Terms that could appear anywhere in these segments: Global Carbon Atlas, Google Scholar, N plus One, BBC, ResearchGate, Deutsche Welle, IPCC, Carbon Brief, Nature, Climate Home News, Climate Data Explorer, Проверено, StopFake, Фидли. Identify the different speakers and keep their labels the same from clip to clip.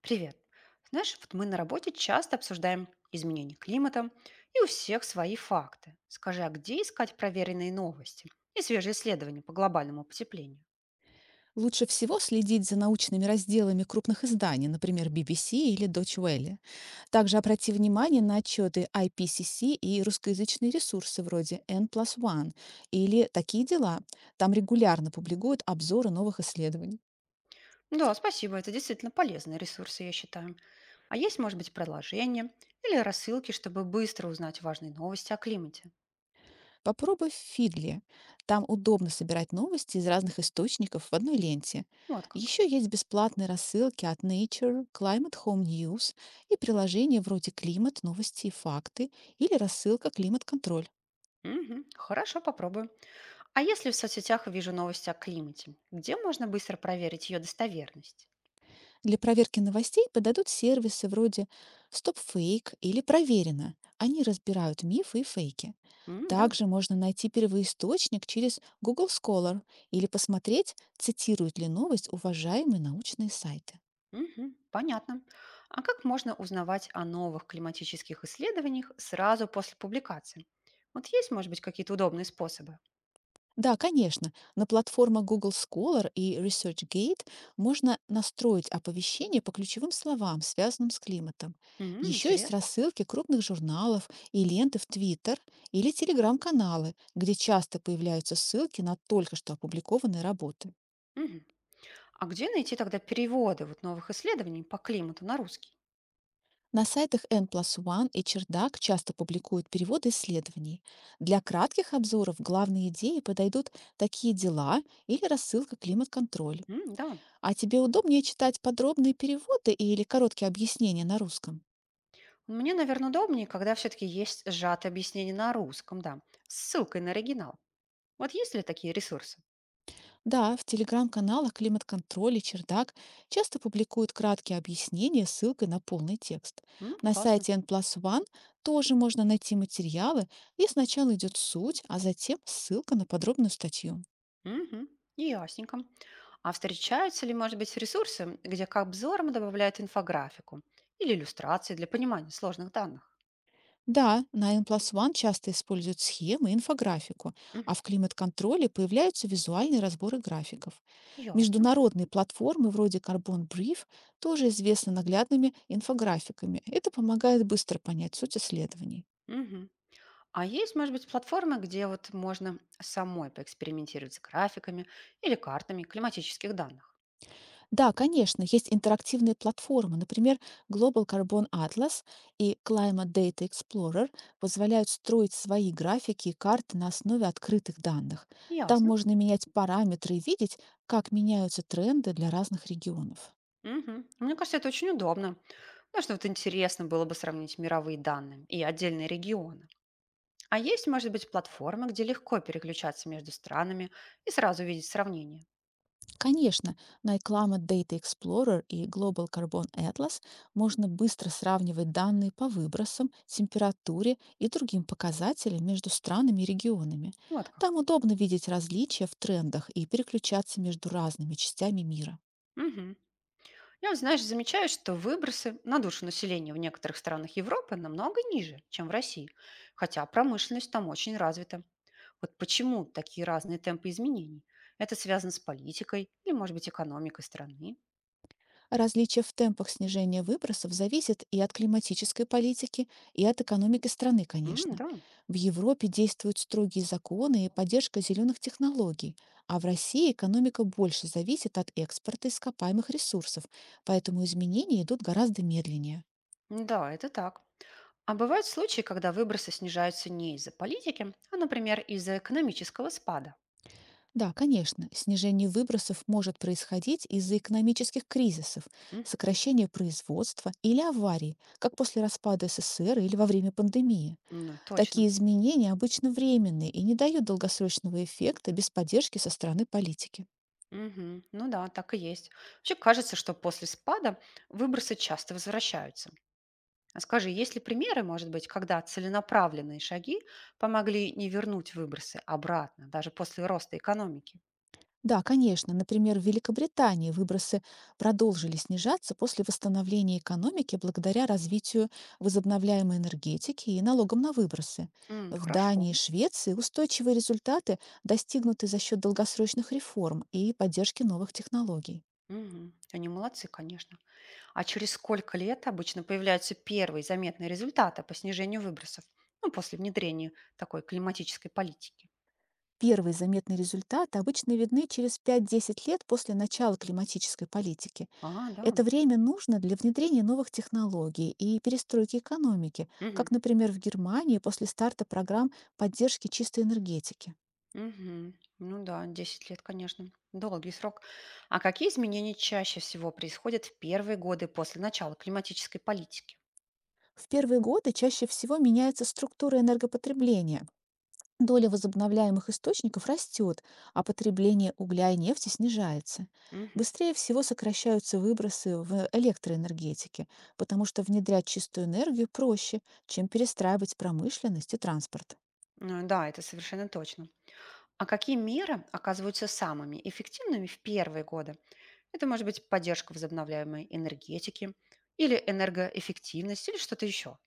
Speaker 1: Привет. Знаешь, вот мы на работе часто обсуждаем изменения климата, и у всех свои факты. Скажи, а где искать проверенные новости и свежие исследования по глобальному потеплению?
Speaker 2: Лучше всего следить за научными разделами крупных изданий, например, BBC или Deutsche Welle. Также обрати внимание на отчеты IPCC и русскоязычные ресурсы вроде N plus One или «Такие дела». Там регулярно публикуют обзоры новых исследований.
Speaker 1: Да, спасибо, это действительно полезные ресурсы, я считаю. А есть, может быть, предложения или рассылки, чтобы быстро узнать важные новости о климате?
Speaker 2: Попробуй Фидли. Там удобно собирать новости из разных источников в одной ленте.
Speaker 1: Вот как.
Speaker 2: Еще есть бесплатные рассылки от Nature, Climate Home News и приложения вроде «Климат», «Новости и факты» или рассылка «Климат-контроль».
Speaker 1: Мгм, хорошо, попробую. А если в соцсетях вижу новости о климате, где можно быстро проверить ее достоверность?
Speaker 2: Для проверки новостей подадут сервисы вроде StopFake или Проверено. Они разбирают мифы и фейки.
Speaker 1: М, да.
Speaker 2: Также можно найти первоисточник через Google Scholar или посмотреть, цитируют ли новость уважаемые научные сайты.
Speaker 1: Мгм, понятно. А как можно узнавать о новых климатических исследованиях сразу после публикации? Вот есть, может быть, какие-то удобные способы?
Speaker 2: Да, конечно. На платформах Google Scholar и ResearchGate можно настроить оповещение по ключевым словам, связанным с климатом.
Speaker 1: М,
Speaker 2: Еще есть
Speaker 1: интересно.
Speaker 2: рассылки крупных журналов и ленты в Twitter или телеграм-каналы, где часто появляются ссылки на только что опубликованные работы.
Speaker 1: Мгм. А где найти тогда переводы вот новых исследований по климату на русский?
Speaker 2: На сайтах N One и Чердак часто публикуют переводы исследований. Для кратких обзоров главные идеи подойдут такие дела или рассылка «Климат-контроль».
Speaker 1: М, да.
Speaker 2: А тебе удобнее читать подробные переводы или короткие объяснения на русском?
Speaker 1: Мне, наверное, удобнее, когда все-таки есть сжатое объяснение на русском, да, с ссылкой на оригинал. Вот есть ли такие ресурсы?
Speaker 2: Да, в телеграм-каналах «Климат-контроль» и «Чердак» часто публикуют краткие объяснения с ссылкой на полный текст.
Speaker 1: М,
Speaker 2: На
Speaker 1: классно.
Speaker 2: сайте N плюс One тоже можно найти материалы, и сначала идет суть, а затем ссылка на подробную статью.
Speaker 1: Мгм. Ясненько. А встречаются ли, может быть, ресурсы, где к обзорам добавляют инфографику или иллюстрации для понимания сложных данных?
Speaker 2: Да, на N+1 часто используют схемы и инфографику,
Speaker 1: Мгм.
Speaker 2: а в климат-контроле появляются визуальные разборы графиков.
Speaker 1: Ясно.
Speaker 2: Международные платформы вроде Carbon Brief тоже известны наглядными инфографиками. Это помогает быстро понять суть исследований.
Speaker 1: Мгм. А есть, может быть, платформы, где вот можно самой поэкспериментировать с графиками или картами климатических данных?
Speaker 2: Да, конечно, есть интерактивные платформы, например, Global Carbon Atlas и Climate Data Explorer позволяют строить свои графики и карты на основе открытых данных. Там
Speaker 1: Ясно.
Speaker 2: можно менять параметры и видеть, как меняются тренды для разных регионов.
Speaker 1: Мгм. Мне кажется, это очень удобно. Ну, что вот интересно было бы сравнить мировые данные и отдельные регионы. А есть, может быть, платформы, где легко переключаться между странами и сразу видеть сравнение?
Speaker 2: Конечно, на Climate Data Explorer и Global Carbon Atlas можно быстро сравнивать данные по выбросам, температуре и другим показателям между странами и регионами.
Speaker 1: Вот как.
Speaker 2: Там удобно видеть различия в трендах и переключаться между разными частями мира.
Speaker 1: Мгм. Я, вот, знаешь, замечаю, что выбросы на душу населения в некоторых странах Европы намного ниже, чем в России, хотя промышленность там очень развита. Вот почему такие разные темпы изменений? Это связано с политикой или, может быть, экономикой страны?
Speaker 2: Различие в темпах снижения выбросов зависит и от климатической политики, и от экономики страны,
Speaker 1: М,
Speaker 2: конечно.
Speaker 1: да,
Speaker 2: В Европе действуют строгие законы и поддержка зеленых технологий, а в России экономика больше зависит от экспорта ископаемых ресурсов, поэтому изменения идут гораздо медленнее.
Speaker 1: да, это так. А бывают случаи, когда выбросы снижаются не из-за политики, а, например, из-за экономического спада.
Speaker 2: Да, конечно, снижение выбросов может происходить из-за экономических кризисов,
Speaker 1: М.
Speaker 2: сокращения производства или аварий, как после распада СССР или во время пандемии.
Speaker 1: Ну, точно.
Speaker 2: Такие изменения обычно временные и не дают долгосрочного эффекта без поддержки со стороны политики.
Speaker 1: Мгм. Ну да, так и есть. Вообще кажется, что после спада выбросы часто возвращаются. А скажи, есть ли примеры, может быть, когда целенаправленные шаги помогли не вернуть выбросы обратно, даже после роста экономики?
Speaker 2: Да, конечно, например, в Великобритании выбросы продолжили снижаться после восстановления экономики благодаря развитию возобновляемой энергетики и налогам на выбросы.
Speaker 1: М,
Speaker 2: В
Speaker 1: хорошо.
Speaker 2: Дании и Швеции устойчивые результаты достигнуты за счет долгосрочных реформ и поддержки новых технологий.
Speaker 1: Мгм. Они молодцы, конечно. А через сколько лет обычно появляются первые заметные результаты по снижению выбросов? Ну, после внедрения такой климатической политики.
Speaker 2: Первые заметные результаты обычно видны через 5–10 лет после начала климатической политики.
Speaker 1: А, да.
Speaker 2: Это время нужно для внедрения новых технологий и перестройки экономики,
Speaker 1: Мгм.
Speaker 2: как, например, в Германии после старта программ поддержки чистой энергетики.
Speaker 1: Мгм. Ну да, 10 лет, конечно, долгий срок. А какие изменения чаще всего происходят в первые годы после начала климатической политики?
Speaker 2: В первые годы чаще всего меняется структура энергопотребления. Доля возобновляемых источников растет, а потребление угля и нефти снижается.
Speaker 1: Мгм.
Speaker 2: Быстрее всего сокращаются выбросы в электроэнергетике, потому что внедрять чистую энергию проще, чем перестраивать промышленность и транспорт.
Speaker 1: Ну да, это совершенно точно. А какие меры оказываются самыми эффективными в первые годы? Это может быть поддержка возобновляемой энергетики или энергоэффективность или что-то еще.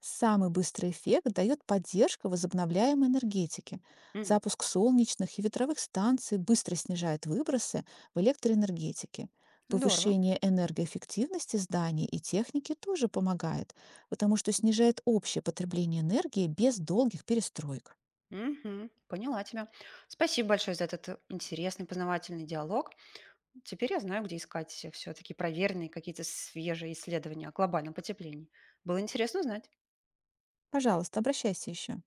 Speaker 2: Самый быстрый эффект дает поддержка возобновляемой энергетики.
Speaker 1: М.
Speaker 2: Запуск солнечных и ветровых станций быстро снижает выбросы в электроэнергетике.
Speaker 1: Здорово.
Speaker 2: Повышение энергоэффективности зданий и техники тоже помогает, потому что снижает общее потребление энергии без долгих перестроек.
Speaker 1: Мгм. Поняла тебя. Спасибо большое за этот интересный познавательный диалог. Теперь я знаю, где искать все-таки проверенные какие-то свежие исследования о глобальном потеплении. Было интересно узнать.
Speaker 2: Пожалуйста, обращайся еще.